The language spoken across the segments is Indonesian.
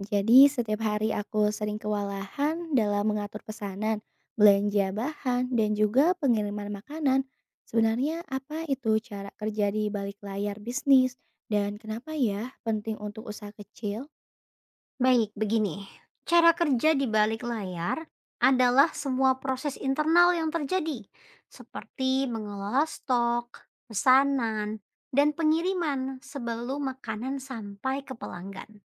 Jadi setiap hari aku sering kewalahan dalam mengatur pesanan, belanja bahan, dan juga pengiriman makanan. Sebenarnya apa itu cara kerja di balik layar bisnis? Dan kenapa ya penting untuk usaha kecil? Baik, begini. Cara kerja di balik layar adalah semua proses internal yang terjadi, seperti mengelola stok, pesanan, dan pengiriman sebelum makanan sampai ke pelanggan.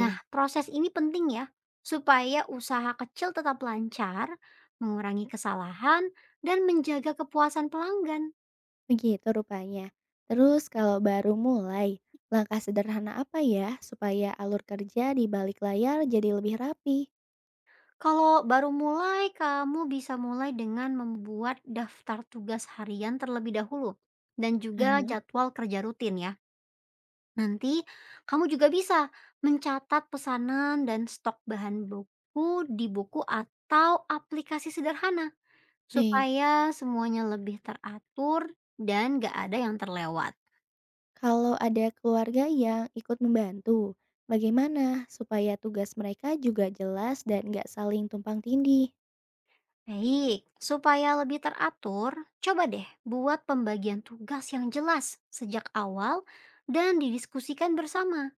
Nah, proses ini penting ya, supaya usaha kecil tetap lancar, mengurangi kesalahan, dan menjaga kepuasan pelanggan. Begitu rupanya. Terus kalau baru mulai, langkah sederhana apa ya supaya alur kerja di balik layar jadi lebih rapi? Kalau baru mulai, kamu bisa mulai dengan membuat daftar tugas harian terlebih dahulu dan juga Aha, jadwal kerja rutin ya. Nanti kamu juga bisa mencatat pesanan dan stok bahan buku di buku atau aplikasi sederhana baik. supaya semuanya lebih teratur dan gak ada yang terlewat. Kalau ada keluarga yang ikut membantu, bagaimana supaya tugas mereka juga jelas dan nggak saling tumpang tindih? Baik, supaya lebih teratur, coba deh buat pembagian tugas yang jelas sejak awal dan didiskusikan bersama.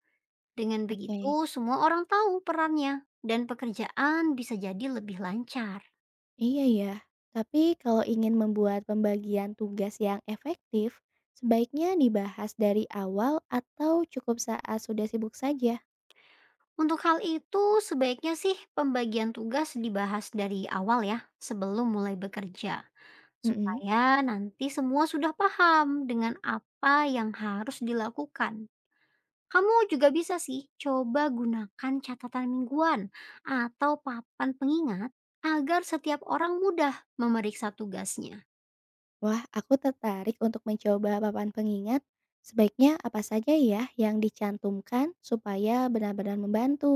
Dengan Oke. begitu, semua orang tahu perannya dan pekerjaan bisa jadi lebih lancar. Iya ya, tapi kalau ingin membuat pembagian tugas yang efektif, sebaiknya dibahas dari awal atau cukup saat sudah sibuk saja. Untuk hal itu, sebaiknya sih pembagian tugas dibahas dari awal ya, sebelum mulai bekerja. Mm-mm. Supaya nanti semua sudah paham dengan apa yang harus dilakukan. Kamu juga bisa sih coba gunakan catatan mingguan atau papan pengingat agar setiap orang mudah memeriksa tugasnya. Wah, aku tertarik untuk mencoba papan pengingat. Sebaiknya apa saja ya yang dicantumkan supaya benar-benar membantu?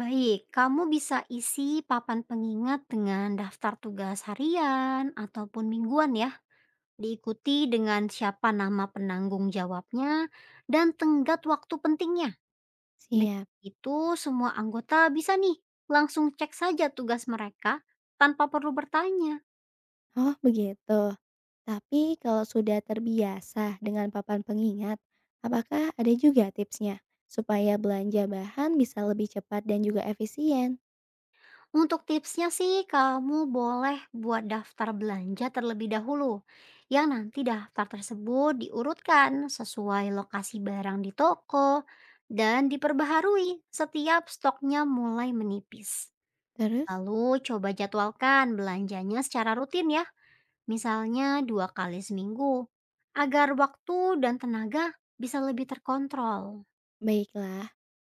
Baik, kamu bisa isi papan pengingat dengan daftar tugas harian ataupun mingguan ya. Diikuti dengan siapa nama penanggung jawabnya dan tenggat waktu pentingnya. Siap. Dengan itu semua anggota bisa nih langsung cek saja tugas mereka tanpa perlu bertanya. Oh, begitu. Tapi kalau sudah terbiasa dengan papan pengingat, apakah ada juga tipsnya supaya belanja bahan bisa lebih cepat dan juga efisien? Untuk tipsnya sih, kamu boleh buat daftar belanja terlebih dahulu, yang nanti daftar tersebut diurutkan sesuai lokasi barang di toko dan diperbaharui setiap stoknya mulai menipis. Terus? Lalu coba jadwalkan belanjanya secara rutin ya, misalnya 2 kali seminggu, agar waktu dan tenaga bisa lebih terkontrol. Baiklah.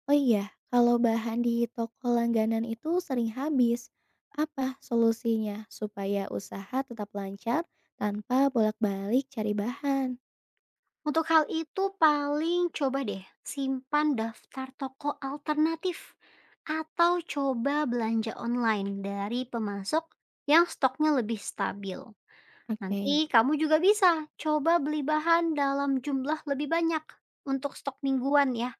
Oh iya, kalau bahan di toko langganan itu sering habis, apa solusinya supaya usaha tetap lancar tanpa bolak-balik cari bahan? Untuk hal itu paling coba deh simpan daftar toko alternatif atau coba belanja online dari pemasok yang stoknya lebih stabil. Oke. Nanti kamu juga bisa coba beli bahan dalam jumlah lebih banyak untuk stok mingguan ya,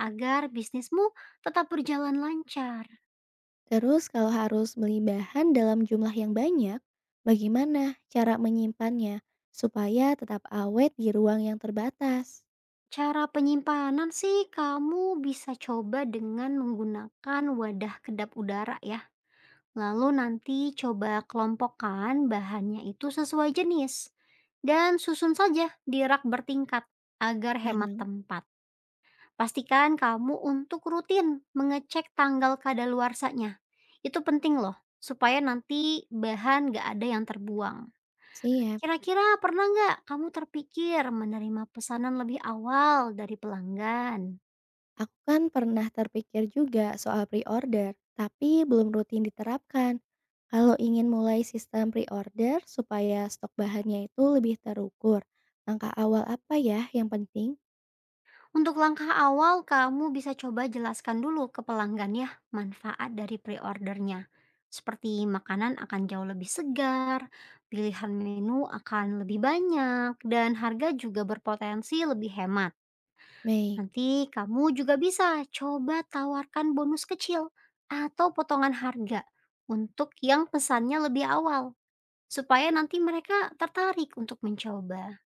agar bisnismu tetap berjalan lancar. Terus kalau harus beli bahan dalam jumlah yang banyak, bagaimana cara menyimpannya supaya tetap awet di ruang yang terbatas? Cara penyimpanan sih kamu bisa coba dengan menggunakan wadah kedap udara ya. Lalu nanti coba kelompokkan bahannya itu sesuai jenis dan susun saja di rak bertingkat agar hemat Aha. tempat. Pastikan kamu untuk rutin mengecek tanggal kadaluarsanya. Itu penting loh, supaya nanti bahan gak ada yang terbuang. Siap, Kira-kira pernah nggak kamu terpikir menerima pesanan lebih awal dari pelanggan? aku kan pernah terpikir juga soal pre-order, tapi belum rutin diterapkan. Kalau ingin mulai sistem pre-order supaya stok bahannya itu lebih terukur, langkah awal apa ya yang penting? Untuk langkah awal, kamu bisa coba jelaskan dulu ke pelanggan ya manfaat dari pre-ordernya. Seperti makanan akan jauh lebih segar, pilihan menu akan lebih banyak, dan harga juga berpotensi lebih hemat. Mei. Nanti kamu juga bisa coba tawarkan bonus kecil atau potongan harga untuk yang pesannya lebih awal, supaya nanti mereka tertarik untuk mencoba.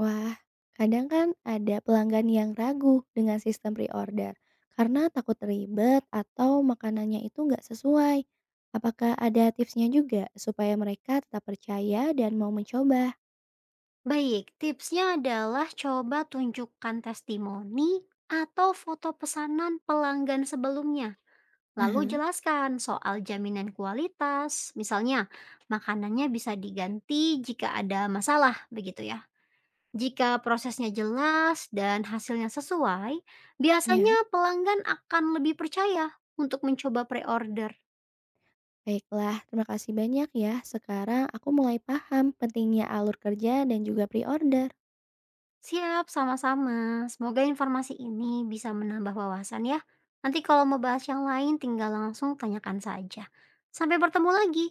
Wah, kadang kan ada pelanggan yang ragu dengan sistem pre-order karena takut ribet atau makanannya itu nggak sesuai. Apakah ada tipsnya juga supaya mereka tetap percaya dan mau mencoba? Baik, tipsnya adalah coba tunjukkan testimoni atau foto pesanan pelanggan sebelumnya. Lalu Aha. jelaskan soal jaminan kualitas. Misalnya, makanannya bisa diganti jika ada masalah, begitu ya. Jika prosesnya jelas dan hasilnya sesuai, Ya, biasanya pelanggan akan lebih percaya untuk mencoba pre-order. baiklah. Terima kasih banyak ya. Sekarang aku mulai paham pentingnya alur kerja dan juga pre-order. Siap, sama-sama. Semoga informasi ini bisa menambah wawasan ya. Nanti kalau mau bahas yang lain tinggal langsung tanyakan saja. Sampai bertemu lagi.